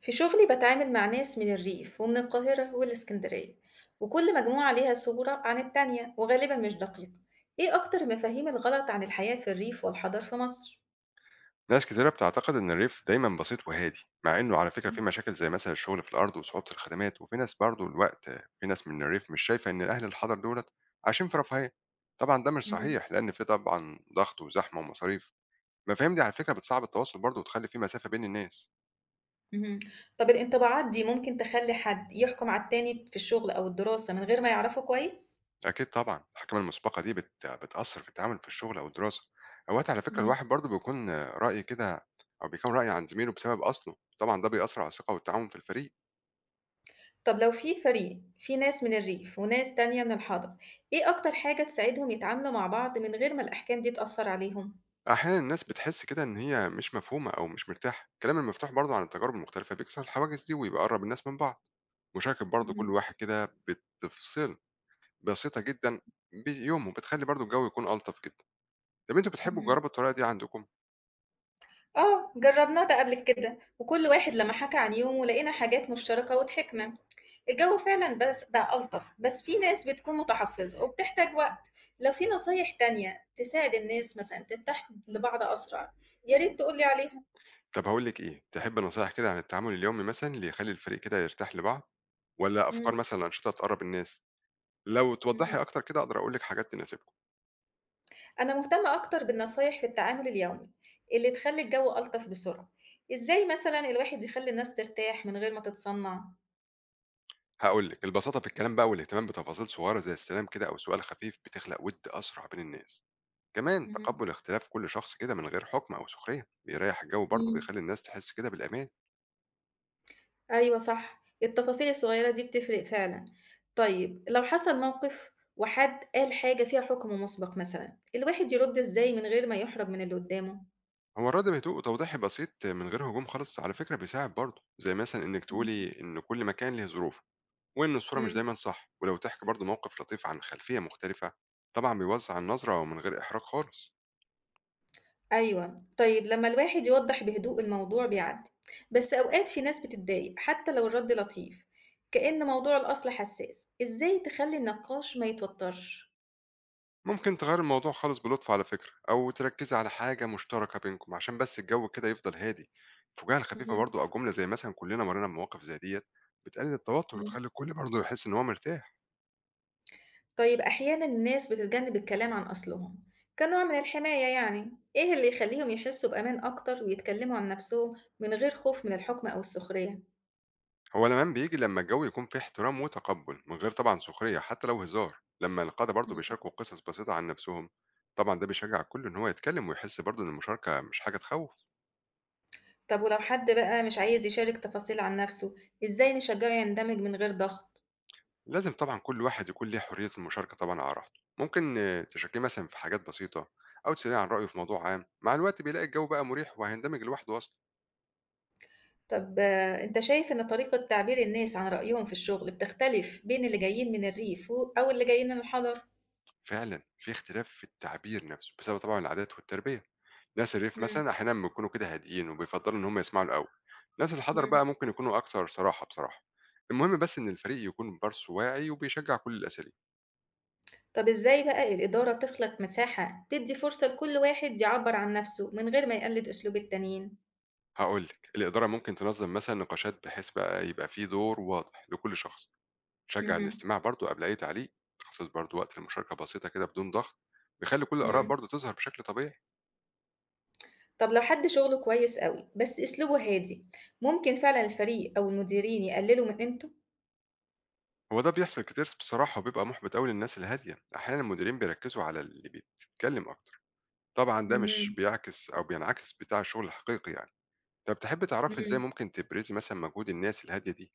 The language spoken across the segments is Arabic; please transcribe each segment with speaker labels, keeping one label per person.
Speaker 1: في شغلي بتعامل مع ناس من الريف ومن القاهرة والإسكندرية وكل مجموعة ليها صورة عن التانية وغالبا مش دقيقة. إيه أكتر المفاهيم الغلط عن الحياة في الريف والحضر في مصر؟
Speaker 2: ناس كتيرة بتعتقد إن الريف دايما بسيط وهادي، مع إنه على فكرة في مشاكل زي مثلا الشغل في الأرض وصعوبة الخدمات. وفي ناس برضه الوقت في ناس من الريف مش شايفة إن أهل الحضر دولت عايشين في رفاهية. طبعا ده مش
Speaker 1: مهم.
Speaker 2: صحيح لأن في طبعا ضغط وزحمة ومصاريف. المفاهيم دي على فكرة بتصعب التواصل برضه وتخلي في مسافة بين الناس.
Speaker 1: مهم. طب الانطباعات دي ممكن تخلي حد يحكم على التاني في الشغل أو الدراسة من غير ما يعرفه كويس؟
Speaker 2: أكيد طبعا الحكمة المسبقة دي بتأثر في التعامل في الشغل أو الدراسة. أوقات على فكرة
Speaker 1: مهم.
Speaker 2: الواحد برضه بيكون رأي كده، أو بيكون رأي عن زميله بسبب أصله. طبعا ده بيأثر على الثقة والتعاون في الفريق.
Speaker 1: طب لو في فريق في ناس من الريف وناس تانية من الحضر، إيه أكتر حاجة تساعدهم يتعاملوا مع بعض من غير ما الأحكام دي تأثر عليهم؟
Speaker 2: أحيانًا الناس بتحس كده إن هي مش مفهومة أو مش مرتاحة، الكلام المفتوح برضه عن التجارب المختلفة بيكسر الحواجز دي وبيقرب الناس من بعض، مشاركة برضه كل
Speaker 1: مهم.
Speaker 2: واحد كده بتفصل بسيطة جدًا بيومه بتخلي برضه الجو يكون ألطف جدًا. طب أنتم بتحبوا
Speaker 1: مهم.
Speaker 2: تجربوا الطريقة دي عندكم؟
Speaker 1: آه، جرّبناه ده قبل كده، وكل واحد لمّا حكى عن يومه لقينا حاجات مشتركة وضحكنا. الجو فعلًا بس بقى ألطف، بس في ناس بتكون متحفظة وبتحتاج وقت. لو في نصايح تانية تساعد الناس مثلًا ترتاح لبعض أسرع، يا ريت تقول لي عليها.
Speaker 2: طب هاقول لِك إيه، تحبي نصايح كده عن التعامل اليومي مثلًا اللي يخلي الفريق كده يرتاح لبعض، والّا أفكار
Speaker 1: إمم،
Speaker 2: مثلًا أنشطة تقرب الناس؟ لو
Speaker 1: اهم.
Speaker 2: توضحي أكتر كده أقدر أقول لِك حاجات تناسبكم.
Speaker 1: أنا مهتمة أكتر بالنصايح في التعامل اليومي اللي تخلّي الجو ألطف بسرعة. إزاي مثلًا الواحد يخلّي الناس ترتاح من غير ما تتصنع؟
Speaker 2: هاقول لِك، البساطة في الكلام بقى والاهتمام بتفاصيل صغيرة زي السلام كده أو سؤال خفيف بتخلق وِد أسرع بين الناس. كمان
Speaker 1: اهم.
Speaker 2: تقبل اختلاف كل شخص كده من غير حكم أو سخرية بيريح الجو برضه،
Speaker 1: إمم.
Speaker 2: بيخلي الناس تحس كده بالأمان.
Speaker 1: أيوه صح، التفاصيل الصغيّرة دي بتفرق فعلًا. طيب لو حصل موقف وحد قال حاجة فيها حكم مسبق مثلًا، الواحد يرد إزاي من غير ما يحرج من اللي قدّامه؟
Speaker 2: هو الرد بهدوء وتوضيحي بسيط من غير هجوم خالص على فكرة بيساعد برضه، زي مثلا إنك
Speaker 1: إمم.
Speaker 2: تقولي إن كل مكان له ظروفه وإن الصورة مش
Speaker 1: إمم،
Speaker 2: دايما صح، ولو تحكي برضه موقف لطيف عن خلفية مختلفة طبعا بيوسع النظرة ومن غير إحراج خالص.
Speaker 1: أيوه. طيب لمّا الواحد يوضّح بهدوء الموضوع بيعدّي، بس أوقات في ناس بتتضايق حتى لو الرد لطيف، كأن موضوع الأصل حساس، إزاي تخلّي النقاش ما يتوتّرش؟
Speaker 2: ممكن تغير الموضوع خالص بلطف على فكرة، أو تركزي على حاجة مشتركة بينكم عشان بس الجو كده يفضل هادي. الفجاهة الخفيفة برضو أو جملة زي مثلا كلنا مرينا بمواقف زي ديت بتقلل التوتر
Speaker 1: اهم.
Speaker 2: وتخلي الكل برضو يحس إن هو مرتاح.
Speaker 1: طيب أحيانا الناس بتتجنب الكلام عن أصلهم كنوع من الحماية، يعني إيه اللي يخليهم يحسوا بأمان أكتر ويتكلموا عن نفسهم من غير خوف من الحكم أو السخرية؟
Speaker 2: هو الأمان بيجي لما الجو يكون فيه احترام وتقبل من غير طبعا سخرية حتى لو هزار. لما القادة برضو
Speaker 1: مم.
Speaker 2: بيشاركوا قصص بسيطة عن نفسهم طبعا ده بيشجع الكل إن هو يتكلم ويحس برضو إن المشاركة مش حاجة تخوف.
Speaker 1: طب ولو حد بقى مش عايز يشارك تفاصيل عن نفسه، إزاي نشجعه يندمج من غير ضغط؟
Speaker 2: لازم طبعًا كل واحد يكون ليه حرية المشاركة طبعًا على راحته، ممكن آه، تشاركيه مثلًا في حاجات بسيطة أو تسأليه عن رأيه في موضوع عام، مع الوقت بيلاقي الجو بقى مريح وهيندمج لوحده أصلًا.
Speaker 1: طب آه، أنت شايف إن طريقة تعبير الناس عن رأيهم في الشغل بتختلف بين اللي جايين من الريف أو اللي جايين من الحضر؟
Speaker 2: فعلًا في اختلاف في التعبير نفسه بسبب طبعًا العادات والتربية، ناس الريف
Speaker 1: مم.
Speaker 2: مثلًا أحيانًا بيكونوا كده هاديين وبيفضلوا إن هم يسمعوا الأول، ناس الحضر
Speaker 1: مم.
Speaker 2: بقى ممكن يكونوا أكثر صراحة بصراحة. المهم بس إن الفريق يكون برضه واعي وبيشجع كل الأساليب.
Speaker 1: طب إزاي بقى الإدارة تخلق مساحة تدّي فرصة لكل واحد يعبّر عن نَفْسه من غير ما يقلد أسلوب التانيين؟
Speaker 2: هاقول لِك، الإدارة ممكن تنظم مثلًا نقاشات بحيث بقى يبقى في دور واضح لكل شخص. شجع
Speaker 1: اهم،
Speaker 2: الاستماع برضه قبل أي تعليق، خصص برضه وقت للمشاركة بسيطة كده بدون ضغط، بيخلي كل
Speaker 1: إمم.
Speaker 2: الآراء
Speaker 1: إمم.
Speaker 2: برضه تظهر بشكل طبيعي.
Speaker 1: طب لو حد شغله كويس أوي بس أسلوبه هادي، ممكن فعلًا الفريق أو المديرين يقللوا من قيمته؟
Speaker 2: هو ده بيحصل كتير بصراحة وبيبقى محبط أوي للناس الهادية، أحيانا المديرين بيركزوا على اللي بيتكلم أكتر، طبعا ده مش
Speaker 1: اهم،
Speaker 2: بيعكس أو بينعكس بتاع الشغل الحقيقي يعني. طب تحبي تعرفي إزاي
Speaker 1: إمم.
Speaker 2: ممكن تبرزي مثلا مجهود الناس الهادية دي؟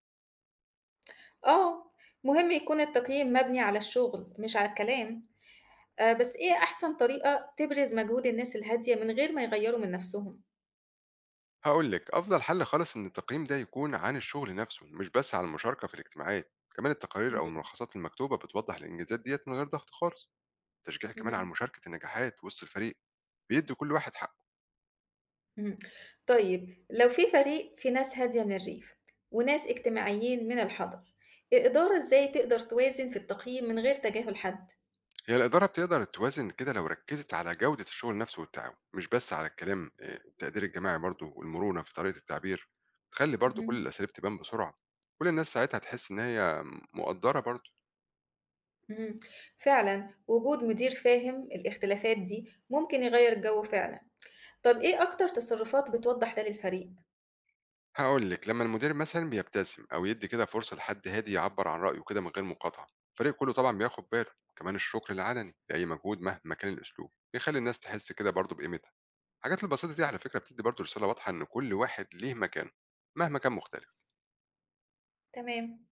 Speaker 1: آه، مهم يكون التقييم مبني على الشغل مش على الكلام، بس إيه أحسن طريقة تبرز مجهود الناس الهادية من غير ما يغيّروا من نَفْسهم؟
Speaker 2: هقول لك أفضل حل خالص إن التقييم ده يكون عن الشغل نفسه مش بس عن المشاركة في الاجتماعات، كمان التقارير أو
Speaker 1: اهم،
Speaker 2: الملخصات المكتوبة بتوضح الإنجازات ديت من غير ضغط خالص، تشجيع كمان على
Speaker 1: اهم.
Speaker 2: مشاركة النجاحات وسط الفريق بيدّي كل واحد حقّه.
Speaker 1: إمم. طيب لو في فريق فيه ناس هادية من الريف وناس اجتماعيين من الحَضَر، الإدارة إزاي تقدر توازن في التقييم من غير تجاهل حد؟
Speaker 2: هي الإدارة بتقدر توازن كده لو ركّزت على جودة الشغل نفسه والتعاون، مش بس على الكلام. التقدير الجماعي برضه والمرونة في طريقة التعبير تخلّي برضه كل
Speaker 1: اهم،
Speaker 2: الأساليب تبان بسرعة، كل الناس ساعتها تحس إن هي مقدّرة برضه.
Speaker 1: اهم، فعلًا وجود مدير فاهم الاختلافات دي ممكن يغيّر الجو فعلًا. طَب إيه أكتر تصرفات بتوضّح ده للفريق؟
Speaker 2: هاقول لِك، لمّا المدير مثلًا بيبتسم أو يدّي كده فرصة لحد هادي يعبّر عن رأيه كده من غير مقاطعة، الفريق كُلّه طبعًا بياخد باله. كمان الشكر العلني لأي مجهود مهما كان الأسلوب بيخلّي الناس تحس كده برضه بقيمتها. الحاجات البسيطة دي على فكرة بتدّي برضه رسالة واضحة إن كل واحد ليه مكانه، مهما كان مختلف.
Speaker 1: تمام.